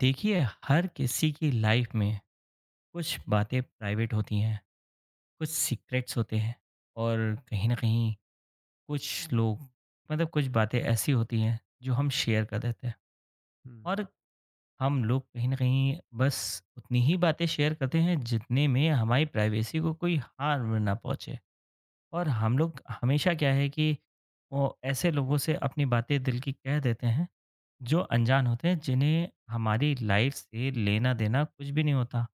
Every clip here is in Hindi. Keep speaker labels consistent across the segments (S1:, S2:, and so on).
S1: देखिए, हर किसी की लाइफ में कुछ बातें प्राइवेट होती हैं, कुछ सीक्रेट्स होते हैं। और कहीं ना कहीं कुछ लोग कुछ बातें ऐसी होती हैं जो हम शेयर कर देते हैं।
S2: हुँ।
S1: और हम लोग कहीं ना कहीं बस उतनी ही बातें शेयर करते हैं जितने में हमारी प्राइवेसी को कोई हार्म ना पहुंचे। और हम लोग हमेशा क्या है कि वो ऐसे लोगों से अपनी बातें दिल की कह देते हैं जो अनजान होते हैं, जिन्हें हमारी लाइफ से लेना देना कुछ भी नहीं होता।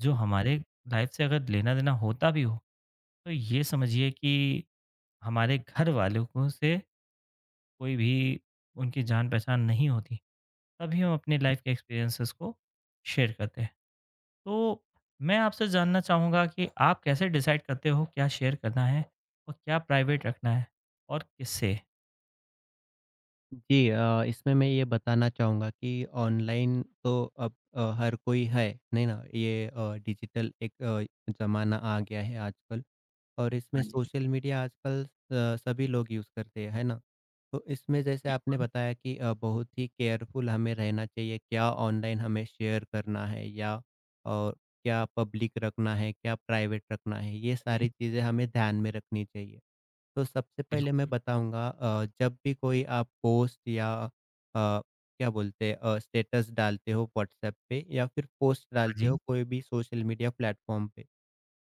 S1: जो हमारे लाइफ से अगर लेना देना होता भी हो, तो ये समझिए कि हमारे घर वालों को से कोई भी उनकी जान पहचान नहीं होती। तभी हम अपने लाइफ के एक्सपीरियंसेस को शेयर करते हैं। तो मैं आपसे जानना चाहूँगा कि आप कैसे डिसाइड करते हो क्या शेयर करना है और क्या प्राइवेट रखना है, और किससे?
S2: जी, इसमें मैं ये बताना चाहूँगा कि ऑनलाइन तो अब हर कोई है, नहीं ना? ये डिजिटल एक ज़माना आ गया है आजकल। और इसमें
S1: हाँ, हुँ।
S2: सोशल मीडिया आजकल सभी लोग यूज़ करते हैं, है ना? तो इसमें
S1: जी,
S2: जैसे आपने
S1: बिल्कुल।
S2: बताया कि बहुत ही केयरफुल हमें रहना चाहिए, क्या ऑनलाइन हमें शेयर करना है या और क्या पब्लिक रखना है, क्या प्राइवेट रखना है, ये
S1: हाँ जी,
S2: सारी चीज़ें हमें ध्यान में रखनी चाहिए। तो सबसे पहले
S1: बिल्कुल।
S2: मैं बताऊँगा, जब भी कोई आप पोस्ट या अ क्या बोलते हैं अ, स्टेटस डालते हो व्हाट्सएप पे या फिर पोस्ट
S1: हाँ
S2: डालते
S1: जी,
S2: हो कोई भी सोशल मीडिया प्लेटफॉर्म पे।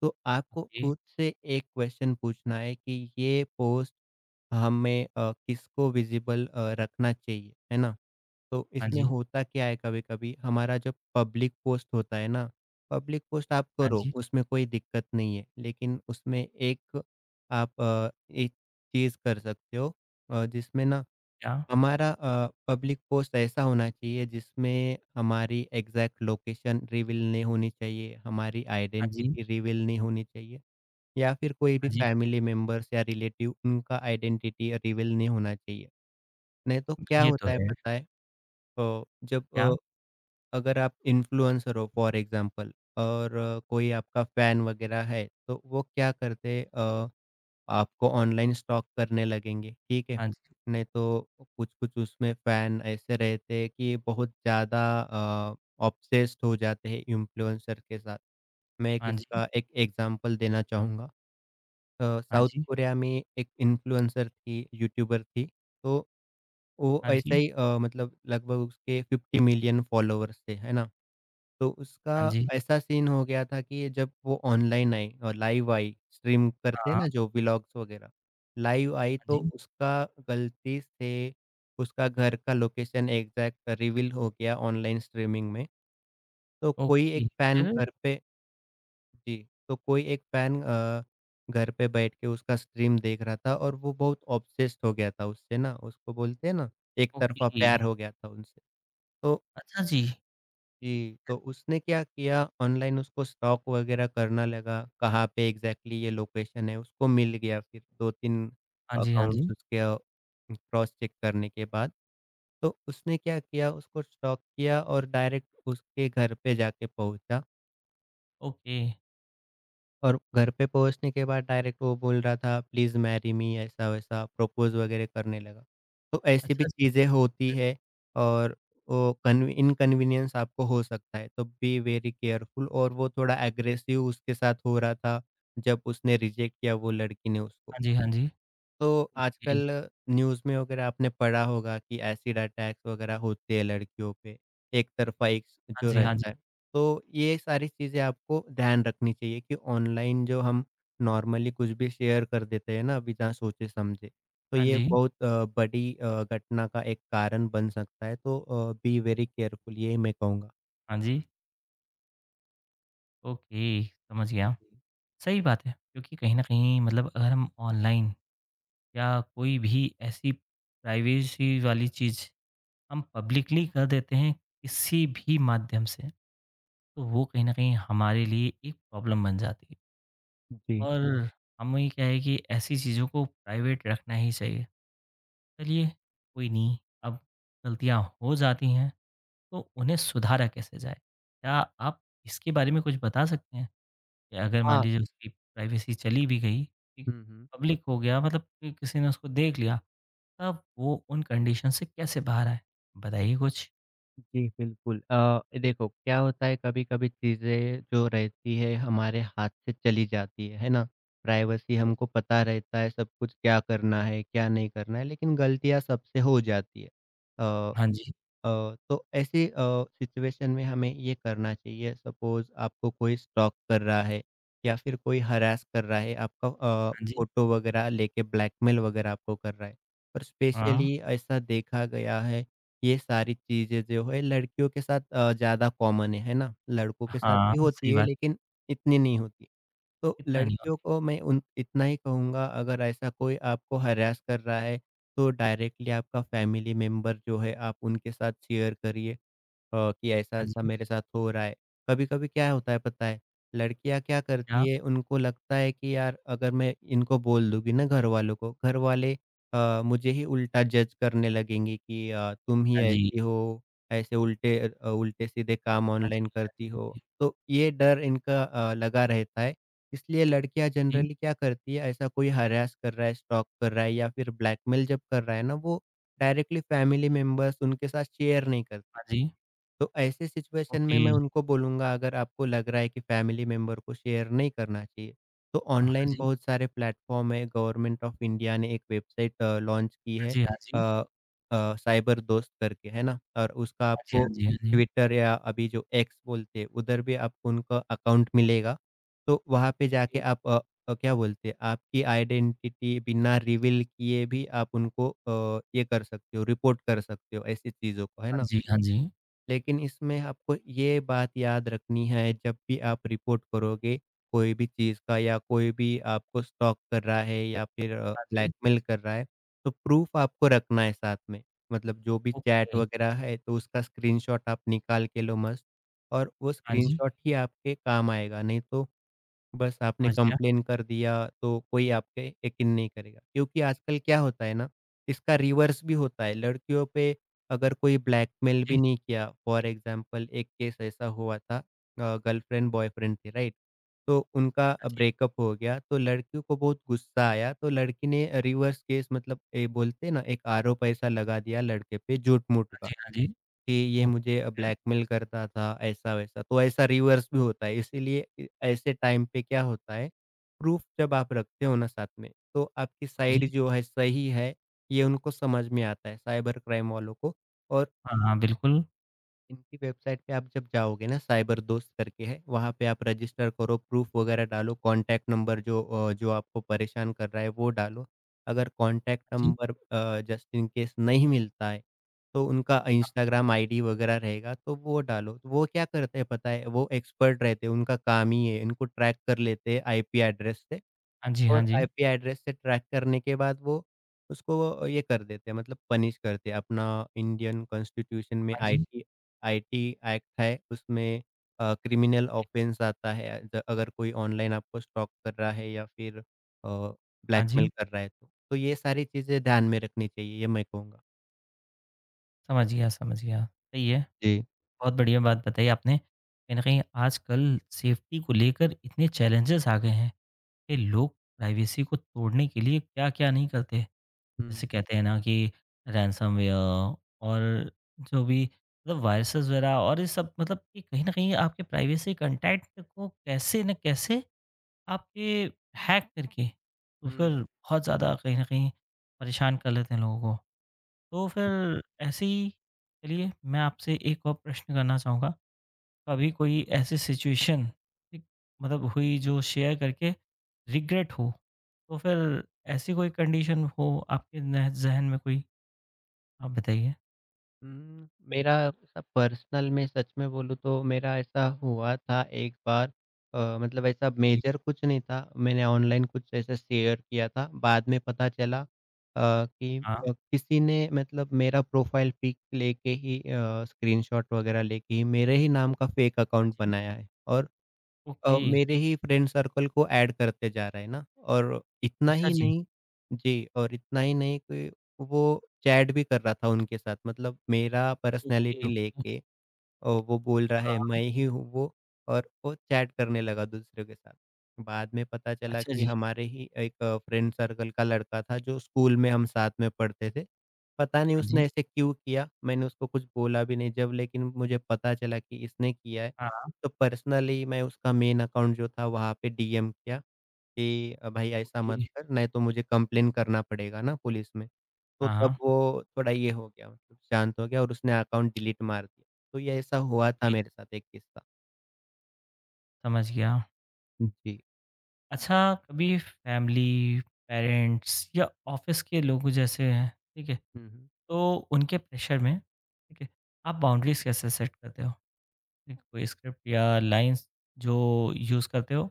S2: तो आपको
S1: ये
S2: खुद से एक क्वेश्चन पूछना है कि ये पोस्ट हमें किसको विज़िबल रखना चाहिए, है ना? तो
S1: हाँ
S2: इसमें
S1: जी,
S2: होता क्या है कभी-कभी हमारा जो पब्लिक पोस्ट होता है ना, पब्लिक पोस्ट आप
S1: हाँ
S2: करो
S1: जी,
S2: उसमें कोई दिक्कत नहीं है। लेकिन उसमें एक आप एक चीज़ कर सकते हो, जिसमें ना
S1: क्या?
S2: हमारा पब्लिक पोस्ट ऐसा होना चाहिए जिसमें हमारी एग्जैक्ट लोकेशन रिवील नहीं होनी चाहिए, हमारी
S1: हाँ जी,
S2: आइडेंटिटी रिवील नहीं होनी चाहिए या फिर कोई भी
S1: हाँ जी,
S2: फैमिली मेंबर्स या रिलेटिव उनका आइडेंटिटी रिवील नहीं होना चाहिए। नहीं तो क्या
S1: ये तो
S2: होता है
S1: है।
S2: पता है, अ, जब
S1: क्या?
S2: अ, अगर आप इन्फ्लुएंसर हो फॉर एग्ज़ाम्पल और कोई आपका फैन वगैरह है, तो वो क्या करते आपको ऑनलाइन स्टॉक करने लगेंगे, ठीक है?
S1: हाँ जी,
S2: नहीं तो कुछ-कुछ उसमें फ़ैन ऐसे रहते हैं कि बहुत ज़्यादा ऑब्सेस्ड हो जाते हैं इन्फ्लुएंसर के साथ। मैं एक
S1: हाँ जी,
S2: इसका एक एग्ज़ाम्पल देना चाहूँगा।
S1: हाँ
S2: साउथ
S1: जी,
S2: कोरिया में एक इन्फ्लुएंसर थी, यूट्यूबर थी, तो वो
S1: हाँ
S2: ऐसा
S1: जी,
S2: ही, मतलब लगभग उसके 50 मिलियन फॉलोवर्स थे, है ना? तो
S1: हाँ
S2: उसका
S1: जी।
S2: ऐसा सीन हो गया था कि जब वो ऑनलाइन आई और लाइव आई, स्ट्रीम करते हैं
S1: हाँ,
S2: ना जो व्लॉग्स वगैरह, लाइव आई
S1: हाँ
S2: तो
S1: जी।
S2: उसका गलती से उसका घर का लोकेशन एग्ज़ैक्ट रिवील हो गया ऑनलाइन स्ट्रीमिंग में। तो कोई एक
S1: ओके,
S2: फैन
S1: फिर?
S2: घर पे, जी, तो कोई एक फैन घर पे बैठ के उसका स्ट्रीम देख रहा था और वो बहुत ऑब्सेस्ड हो गया था उससे ना, उसको बोलते हैं ना एक तरफ़ा
S1: ओके।
S2: प्यार हो गया था उनसे। तो
S1: अच्छा जी।
S2: जी, तो उसने क्या किया ऑनलाइन उसको स्टॉक वग़ैरह करना लगा, कहाँ पे एग्ज़ैक्टली ये लोकेशन है, उसको मिल गया फिर 2-3
S1: हाँ जी, हाँ
S2: अकाउंट्स
S1: जी।
S2: उसके क्रॉस चेक करने के बाद। तो उसने क्या किया उसको स्टॉक किया और डायरेक्ट उसके घर पे जाके पहुँचा
S1: ओके।
S2: और घर पे पहुँचने के बाद डायरेक्ट वो बोल रहा था प्लीज़ मैरी मी ऐसा-वैसा प्रपोज़ वगैरह करने लगा। तो ऐसी भी
S1: अच्छा जी,
S2: चीज़ें होती
S1: फिर?
S2: है, और वो कन्वी इनकन्वीनियंस आपको हो सकता है, तो बी वेरी केयरफुल, और वो थोड़ा एग्रेसिव उसके साथ हो रहा था, जब उसने रिजेक्ट किया वो लड़की ने
S1: हाँ
S2: उसको।
S1: जी, हाँ जी।
S2: तो
S1: ओके।
S2: आजकल न्यूज़ में वगैरह आपने पढ़ा होगा कि एसिड अटैक्स वगैरह होते हैं लड़कियों पे, एक तरफ़ा एक
S1: हाँ
S2: जो
S1: जी, हाँ जी।
S2: रहता है। तो ये सारी चीज़ें आपको ध्यान रखनी चाहिए कि ऑनलाइन जो हम नॉर्मली कुछ भी शेयर कर देते हैं ना बिना सोचे-समझे, तो
S1: हाँ
S2: ये
S1: जी,
S2: बहुत बड़ी घटना का एक कारण बन सकता है। तो बी वेरी केयरफुल यही मैं कहूँगा।
S1: हाँ जी। ओके, समझ गया।
S2: जी।
S1: सही बात है, क्योंकि कहीं न कहीं अगर हम ऑनलाइन या कोई भी ऐसी प्राइवेसी वाली चीज़ हम पब्लिकली कर देते हैं किसी भी माध्यम से, तो वो कहीं न कहीं हमारे लिए एक प्रॉब्लम बन जाती है।
S2: जी।
S1: और हमें क्या है कि ऐसी चीज़ों को प्राइवेट रखना ही चाहिए। चलिए, कोई नहीं, अब गलतियाँ हो जाती हैं तो उन्हें सुधारा कैसे जाए? क्या आप इसके बारे में कुछ बता सकते हैं? कि अगर मान
S2: हाँ।
S1: लीजिए उसकी प्राइवेसी चली भी गई, ठीक,
S2: हुँ, हुँ।
S1: पब्लिक हो गया, मतलब कि किसी ने उसको देख लिया, तब वो उन कंडीशन से कैसे बाहर आए? बताइए कुछ?
S2: जी, बिल्कुल। देखो क्या होता है कभी-कभी चीज़ें जो रहती है हमारे हाथ से चली जाती है ना? प्राइवेसी हमको पता रहता है सब कुछ क्या करना है, क्या नहीं करना है लेकिन गलतियाँ सबसे हो जाती है। अ
S1: हाँ जी,
S2: तो ऐसे सिचुएशन में हमें ये करना चाहिए, सपोज़ आपको कोई स्टॉक कर रहा है या फिर कोई हरास कर रहा है, आपका
S1: हाँ जी,
S2: फ़ोटो वगैरह लेके ब्लैकमेल वगैरह आपको कर रहा है। और
S1: हाँ,
S2: स्पेशली ऐसा देखा गया है ये सारी चीज़ें जो है लड़कियों के साथ ज़्यादा कॉमन है ना? लड़कों के साथ
S1: हाँ,
S2: भी
S1: सही
S2: होती है
S1: बात,
S2: लेकिन इतनी नहीं होती। तो
S1: कितना नहीं
S2: लड़कियों
S1: होता।
S2: को मैं उन इतना ही कहूँगा, अगर ऐसा कोई आपको हरास कर रहा है तो डायरेक्टली आपका फैमिली मेंबर जो है आप उनके साथ शेयर करिए, कि
S1: हाँ
S2: ऐसा-ऐसा
S1: जी,
S2: मेरे साथ हो रहा है। कभी-कभी क्या होता है पता है, लड़कियाँ क्या
S1: क्या?
S2: करती है उनको लगता है कि यार अगर मैं इनको बोल दूँगी ना घरवालों को, घरवाले मुझे ही उल्टा जज करने लगेंगे कि तुम ही
S1: हाँ जी,
S2: ऐसी हो, ऐसे उल्टे-सीधे काम
S1: हाँ जी,
S2: ऑनलाइन
S1: हाँ
S2: करती
S1: जी, हाँ
S2: हो।
S1: जी,
S2: तो ये डर इनका लगा रहता है। इसलिए लड़कियाँ
S1: जी,
S2: जनरली क्या करती है, ऐसा कोई हरास कर रहा है, स्टॉक कर रहा है या फिर ब्लैकमेल जब कर रहा है ना, वो डायरेक्टली फैमिली मेंबर्स उनके साथ शेयर नहीं करती।
S1: हाँ जी,
S2: तो ऐसे सिचुएशन में
S1: ओके,
S2: मैं उनको बोलूँगा, अगर आपको लग रहा है कि फैमिली मेंबर को शेयर नहीं करना चाहिए, तो
S1: हाँ
S2: ऑनलाइन
S1: जी,
S2: बहुत सारे प्लेटफ़ॉर्म है, गवर्नमेंट ऑफ इंडिया ने एक वेबसाइट लॉन्च की
S1: हाँ
S2: है,
S1: जी, हाँ जी, हाँ
S2: अ साइबर दोस्त करके है ना? और उसका
S1: जी,
S2: आपको
S1: हाँ जी, हाँ जी।
S2: ट्विटर या अभी जो एक्स बोलते हैं उधर भी आपको उनका अकाउंट मिलेगा। तो वहाँ पे जाके आप क्या बोलते हैं, आपकी आइडेंटिटी बिना रिवील किए भी आप उनको ये कर सकते हो, रिपोर्ट कर सकते हो ऐसी चीज़ों को, है
S1: हाँ
S2: ना?
S1: जी, हाँ जी।
S2: लेकिन इसमें आपको ये बात याद रखनी है, जब भी आप रिपोर्ट करोगे कोई भी चीज़ का, या कोई भी आपको स्टॉक कर रहा है या फिर
S1: हाँ जी,
S2: ब्लैकमेल कर रहा है, तो प्रूफ़ आपको रखना है साथ में। मतलब जो भी चैट
S1: ओके।
S2: वगैरह है तो उसका स्क्रीनशॉट आप निकाल के लो मस्त, और वो
S1: हाँ जी,
S2: स्क्रीनशॉट ही आपके काम आएगा, नहीं तो बस आपने
S1: समझ गया।
S2: कंप्लेन कर दिया, तो कोई आप पे यकीन नहीं करेगा। क्योंकि आजकल क्या होता है ना, इसका रिवर्स भी होता है। लड़कियों पे अगर कोई
S1: हाँ
S2: ब्लैकमेल भी
S1: जी,
S2: नहीं किया, फॉर एग्ज़ाम्पल एक केस ऐसा हुआ था, गर्लफ्रेंड बॉयफ्रेंड थे, राइट? तो उनका
S1: हाँ जी,
S2: ब्रेकअप हो गया, तो लड़की को बहुत गुस्सा आया, तो लड़की ने रिवर्स केस, मतलब ये बोलते हैं ना, एक आरोप ऐसा लगा दिया लड़के पे झूठ-मूठ
S1: हाँ
S2: का।
S1: जी, हाँ जी।
S2: कि ये
S1: ओके,
S2: मुझे
S1: फिर?
S2: ब्लैकमेल करता था, ऐसा-वैसा। तो ऐसा रिवर्स भी होता है, इसीलिए इ ऐसे टाइम पे क्या होता है, प्रूफ़ जब आप रखते हो ना साथ में, तो आपकी
S1: हाँ जी।
S2: साइड जो है सही है, ये उनको समझ में आता है, साइबर क्राइम वालों को। और
S1: हाँ, हाँ, बिल्कुल।
S2: इनकी वेबसाइट पे आप जब जाओगे ना, साइबर दोस्त करके है वहाँ पे, आप रजिस्टर करो, प्रूफ वगैरह डालो, कॉन्टैक्ट नंबर जो जो आपको परेशान कर रहा है वो डालो। अगर कॉन्टैक्ट
S1: हाँ जी,
S2: नंबर जस्ट इन केस नहीं मिलता है, तो उनका
S1: हाँ,
S2: इंस्टाग्राम आईडी वगैरह रहेगा तो वो डालो। तो वो क्या करते हैं पता है, वो एक्सपर्ट रहते हैं, उनका काम ही है, इनको ट्रैक कर लेते हैं आईपी एड्रेस से,
S1: हाँ जी, हाँ
S2: और
S1: जी,
S2: आईपी एड्रेस से ट्रैक करने के बाद वो उसको ये कर देते हैं, मतलब पनिश करते हैं। अपना इंडियन कॉन्स्टिट्यूशन में
S1: हाँ जी,
S2: आईटी आईटी एक्ट है, उसमें क्रिमिनल ऑफेंस आता है अगर कोई ऑनलाइन आपको स्टॉक कर रहा है या फिर
S1: हाँ
S2: ब्लैकमेल
S1: जी।
S2: कर रहा है तो। तो ये सारी चीज़ें ध्यान में रखनी चाहिए, ये मैं कहूँगा।
S1: समझ गया, समझ गया। सही है,
S2: जी।
S1: बहुत बढ़िया बात बताई आपने। कहीं न कहीं आजकल सेफ्टी को लेकर इतने चैलेंजेज़ आ गए हैं कि लोग प्राइवेसी को तोड़ने के लिए क्या-क्या नहीं करते।
S2: हुँ।
S1: जैसे कहते हैं ना कि रैनसमवेयर और जो भी वायरसेस वगैरह और ये सब, मतलब कि कहीं न कहीं आपके प्राइवेसी कंटेक्ट को कैसे न कैसे आपके हैक करके तो फिर
S2: हुँ।
S1: बहुत ज़्यादा कहीं न कहीं परेशान कर लेते हैं लोगों को। तो फिर ऐसे ही, चलिए, मैं आपसे एक और प्रश्न करना चाहूँगा, कभी कोई ऐसी सिचुएशन एक, मतलब, हुई जो शेयर करके रिग्रेट हो? तो फिर ऐसी कोई कंडीशन हो आपके नह ज़हन में कोई? आप बताइए?
S2: हुँ, मेरा ऐसा पर्सनल में सच में बोलूँ तो मेरा ऐसा हुआ था एक बार, मतलब ऐसा
S1: जी,
S2: मेजर कुछ नहीं था। मैंने ऑनलाइन कुछ ऐसा शेयर किया था, बाद में पता चला कि
S1: हाँ,
S2: किसी ने मतलब मेरा प्रोफ़ाइल पिक लेके ही, स्क्रीनशॉट वग़ैरह लेके ही, मेरे ही नाम का फ़ेक
S1: हाँ
S2: अकाउंट
S1: जी,
S2: बनाया है, और
S1: ओके,
S2: मेरे ही फ्रेंड सर्कल को ऐड करते जा रहा है ना, और इतना
S1: अच्छा
S2: ही
S1: जी,
S2: नहीं, जी, और इतना ही नहीं कि वो चैट भी कर रहा था उनके साथ, मतलब मेरा
S1: ओके,
S2: पर्सनैलिटी
S1: ओके,
S2: लेके, और वो बोल रहा
S1: हाँ,
S2: है मैं
S1: हाँ,
S2: ही हूँ वो, और वो चैट करने लगा दूसरे के साथ। बाद में पता चला
S1: अच्छा
S2: कि
S1: जी,
S2: हमारे ही एक फ्रेंड सर्कल का लड़का था जो स्कूल में हम साथ में पढ़ते थे। पता नहीं
S1: हाँ जी,
S2: उसने ऐसे क्यों किया? मैंने उसको कुछ बोला भी नहीं जब, लेकिन मुझे पता चला कि इसने किया है।
S1: हाँ, हाँ,
S2: तो पर्सनली मैं उसका मेन अकाउंट जो था वहाँ पे डीएम किया कि भाई ऐसा
S1: ओके,
S2: मत कर नहीं तो मुझे कंप्लेन करना पड़ेगा ना पुलिस में। तो
S1: हाँ,
S2: तब
S1: हाँ,
S2: वो थोड़ा ये हो गया, मतलब शांत हो गया, और उसने अकाउंट डिलीट मार दिया। तो ये ऐसा हुआ था
S1: ओके,
S2: मेरे साथ एक किस्सा।
S1: समझ गया।
S2: जी।
S1: अच्छा, कभी फैमिली, पेरेंट्स या ऑफ़िस के लोग जैसे हैं, ठीक है,
S2: हुँ, हुँ।
S1: तो उनके प्रेशर में, ठीक है, आप बाउंड्रीज़ कैसे सेट करते हो? एक कोई स्क्रिप्ट या लाइन्स जो यूज़ करते हो?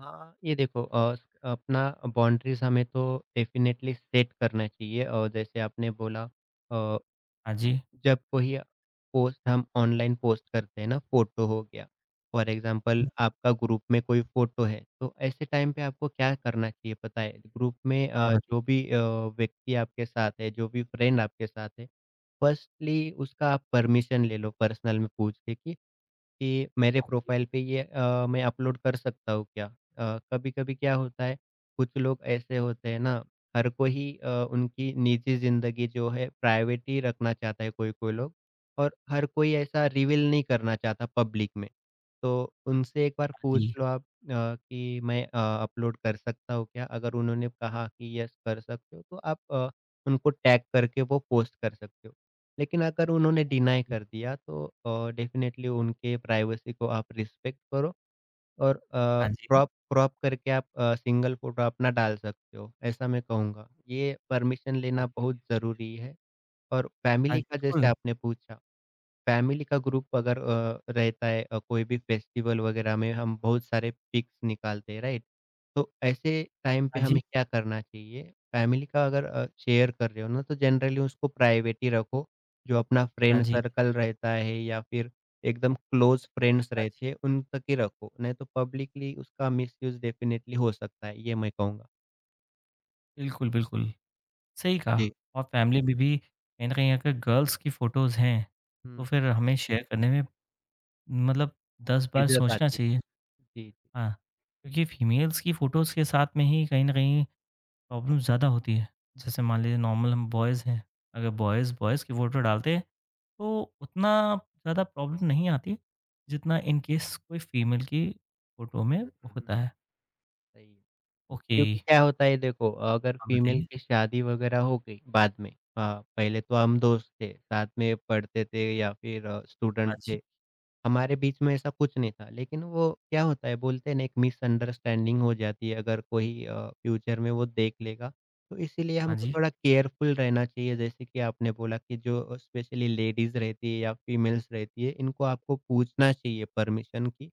S2: हाँ, ये देखो, अपना बाउंड्रीज़ हमें तो डेफ़िनेटली सेट करना चाहिए, और जैसे आपने बोला,
S1: हाँ जी,
S2: जब कोई पोस्ट हम ऑनलाइन पोस्ट करते हैं ना, फ़ोटो हो गया, फॉर एग्ज़ाम्पल आपका ग्रुप में कोई फ़ोटो है, तो ऐसे टाइम पे आपको क्या करना चाहिए पता है? ग्रुप में
S1: हाँ
S2: अ,
S1: बताइए?
S2: जो भी अ, व्यक्ति आपके साथ है, जो भी फ्रेंड आपके साथ है, फ़र्स्टली उसका आप परमिशन ले लो, पर्सनल में पूछ के कि मेरे
S1: ओके,
S2: प्रोफाइल पे ये मैं अपलोड कर सकता हूँ क्या? कभी-कभी क्या होता है, कुछ लोग ऐसे होते हैं ना, हर कोई ही उनकी निजी ज़िंदगी जो है प्राइवेट ही रखना चाहता है, कोई-कोई लोग, और हर कोई ऐसा रिवील नहीं करना चाहता पब्लिक में। तो उनसे एक बार
S1: हाँ
S2: पूछ
S1: जी,
S2: लो आप, कि मैं अपलोड कर सकता हूँ क्या? अगर उन्होंने कहा कि यस कर सकते हो, तो आप उनको टैग करके वो पोस्ट कर सकते हो। लेकिन अगर उन्होंने डिनाई कर दिया तो डेफ़िनेटली उनके प्राइवेसी को आप रिस्पेक्ट करो, और
S1: हाँ जी,
S2: क्रॉप क्रॉप करके आप सिंगल फ़ोटो अपना डाल सकते हो, ऐसा मैं कहूँगा। ये परमिशन लेना
S1: ओके,
S2: बहुत ज़रूरी है, और
S1: हाँ
S2: फैमिली
S1: जी,
S2: का जैसे
S1: बिल्कुल,
S2: आपने पूछा, फैमिली का ग्रुप अगर रहता है, कोई भी फेस्टिवल वगैरह में हम बहुत सारे पिक्स निकालते हैं राइट? तो ऐसे टाइम पे
S1: हाँ जी,
S2: हमें क्या करना चाहिए? फैमिली का अगर शेयर कर रहे हो ना तो जनरली उसको प्राइवेट ही रखो। जो अपना
S1: हाँ
S2: फ्रेंड
S1: जी,
S2: सर्कल रहता है या फिर एकदम क्लोज़ फ्रेंड्स
S1: हाँ
S2: रहते हैं
S1: जी।
S2: उन तक ही रखो, नहीं तो पब्लिकली उसका मिसयूज़ डेफ़िनिटली हो सकता है, ये मैं कहूँगा।
S1: बिल्कुल, बिल्कुल। सही कहा।
S2: जी।
S1: और फैमिली में भी कहीं न कहीं अगर गर्ल्स की फ़ोटोज़ हैं, तो
S2: हुँ,
S1: फिर हमें शेयर करने में, मतलब, 10 बार
S2: झिझक
S1: सोचना
S2: आती
S1: चाहिए।
S2: है। जी, जी।
S1: हाँ, क्योंकि फीमेल्स की फ़ोटोज़ के साथ में ही कहीं न कहीं प्रॉब्लम ज़्यादा होती है। जैसे मान लीजिए नॉर्मल हम बॉयज़ हैं, अगर बॉयज़ बॉयज़ की फ़ोटो डालते हैं, तो उतना ज़्यादा प्रॉब्लम नहीं आती, जितना इन केस कोई फीमेल की फ़ोटो में
S2: हुँ,
S1: होता
S2: हुँ।
S1: है।
S2: सही है।
S1: ओके,
S2: क्योंकि क्या होता है देखो, अगर
S1: आप
S2: फीमेल
S1: बताइए?
S2: की शादी वगैरह हो गई बाद में, हाँ, पहले तो हम दोस्त थे, साथ में पढ़ते थे या फिर
S1: हाँ
S2: स्टूडेंट
S1: जी,
S2: थे, हमारे बीच में ऐसा कुछ नहीं था। लेकिन वो क्या होता है बोलते हैं ना, एक मिसअंडरस्टैंडिंग हो जाती है अगर कोई फ्यूचर में वो देख लेगा। तो इसीलिए
S1: हाँ
S2: हमको
S1: जी,
S2: थोड़ा केयरफुल रहना चाहिए, जैसे कि आपने बोला कि जो स्पेशली लेडीज़ रहती है या फीमेल्स रहती है, इनको आपको पूछना चाहिए परमिशन की,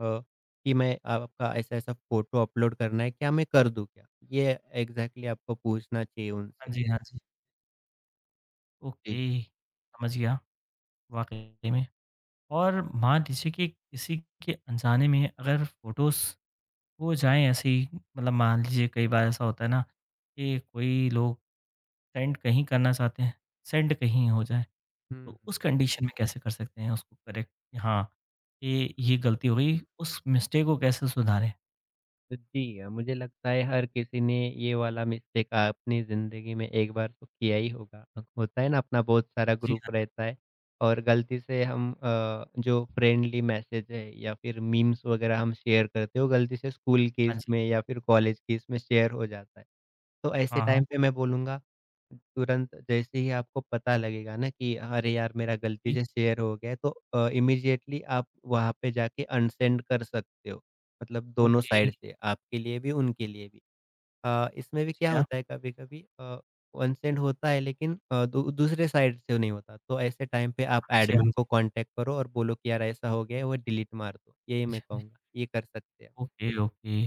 S2: अ, कि मैं आपका ऐसा-ऐसा फ़ोटो अपलोड करना है, क्या मैं कर दूँ क्या? ये एग्ज़ैक्टली आपको पूछना चाहिए
S1: हाँ
S2: उनसे।
S1: जी, हाँ जी।
S2: जी।
S1: ओके, समझ गया, वाक़ई में। और मान लीजिए कि किसी के अनजाने में अगर फ़ोटोज़ हो जाएँ ऐसे ही, मतलब मान लीजिए कई बार ऐसा होता है ना कि कोई लोग सेंड कहीं करना चाहते हैं, सेंड कहीं हो जाए,
S2: हुँ,
S1: तो
S2: हुँ,
S1: उस कंडीशन में कैसे कर सकते हैं उसको करेक्ट कि हाँ, ये
S2: हुँ।
S1: ये गलती हो गई, उस मिस्टेक को कैसे सुधारें?
S2: जी, मुझे लगता है हर किसी ने ये वाला मिस्टेक अपनी ज़िंदगी में एक बार तो किया ही होगा। होता है ना अपना बहुत सारा
S1: जी हाँ,
S2: ग्रुप रहता है, और गलती से हम जो फ्रेंडली मैसेज है या फिर मीम्स वग़ैरह हम शेयर करते हैं, वो गलती से स्कूल की
S1: हाँ जी,
S2: इसमें या फिर कॉलेज की इसमें शेयर हो जाता है। तो ऐसे
S1: हाँ, हाँ,
S2: टाइम पे मैं बोलूँगा, तुरंत जैसे ही आपको पता लगेगा ना कि अरे यार मेरा गलती
S1: जी,
S2: से शेयर हो गया है, तो इमीडिएटली आप वहाँ पे जाके अनसेंड कर सकते हो। मतलब दोनों
S1: ओके,
S2: साइड से, आपके लिए भी, उनके लिए भी। इसमें भी
S1: समझ
S2: क्या
S1: गया।
S2: होता है कभी-कभी अनसेंड होता है लेकिन अ, दू दूसरे साइड से नहीं होता। तो ऐसे टाइम पे आप
S1: हाँ जी, हाँ
S2: एडमिन
S1: जी,
S2: को कॉन्टैक्ट करो और बोलो कि यार ऐसा हो गया है वो डिलीट मार दो। यही
S1: हाँ जी,
S2: मैं
S1: हाँ जी,
S2: कहूँगा, ये कर सकते हैं।
S1: Okay, okay.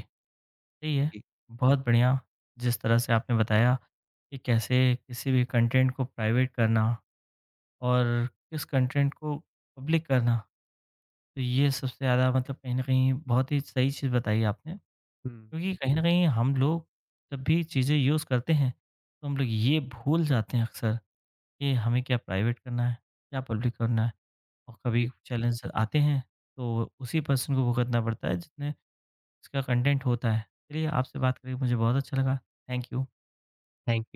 S1: सही है।
S2: जी।
S1: बहुत बढ़िया, जिस तरह से आपने बताया कि कैसे किसी भी कंटेंट को प्राइवेट करना और किस कंटेंट को पब्लिक करना, तो ये सबसे ज़्यादा, मतलब कहीं न कहीं बहुत ही सही चीज़ बताई आपने।
S2: हुँ,
S1: क्योंकि कहीं न कहीं हम लोग जब भी चीज़ें यूज़ करते हैं, तो हम लोग ये भूल जाते हैं अक्सर कि हमें क्या प्राइवेट करना है, क्या पब्लिक करना है, और कभी
S2: जी,
S1: चैलेंज आते हैं, तो उसी पर्सन को भुगतना पड़ता है जिसने इसका कंटेंट होता है। चलिए, आपसे बात करके मुझे बहुत अच्छा लगा। Thank you.
S2: Thank you.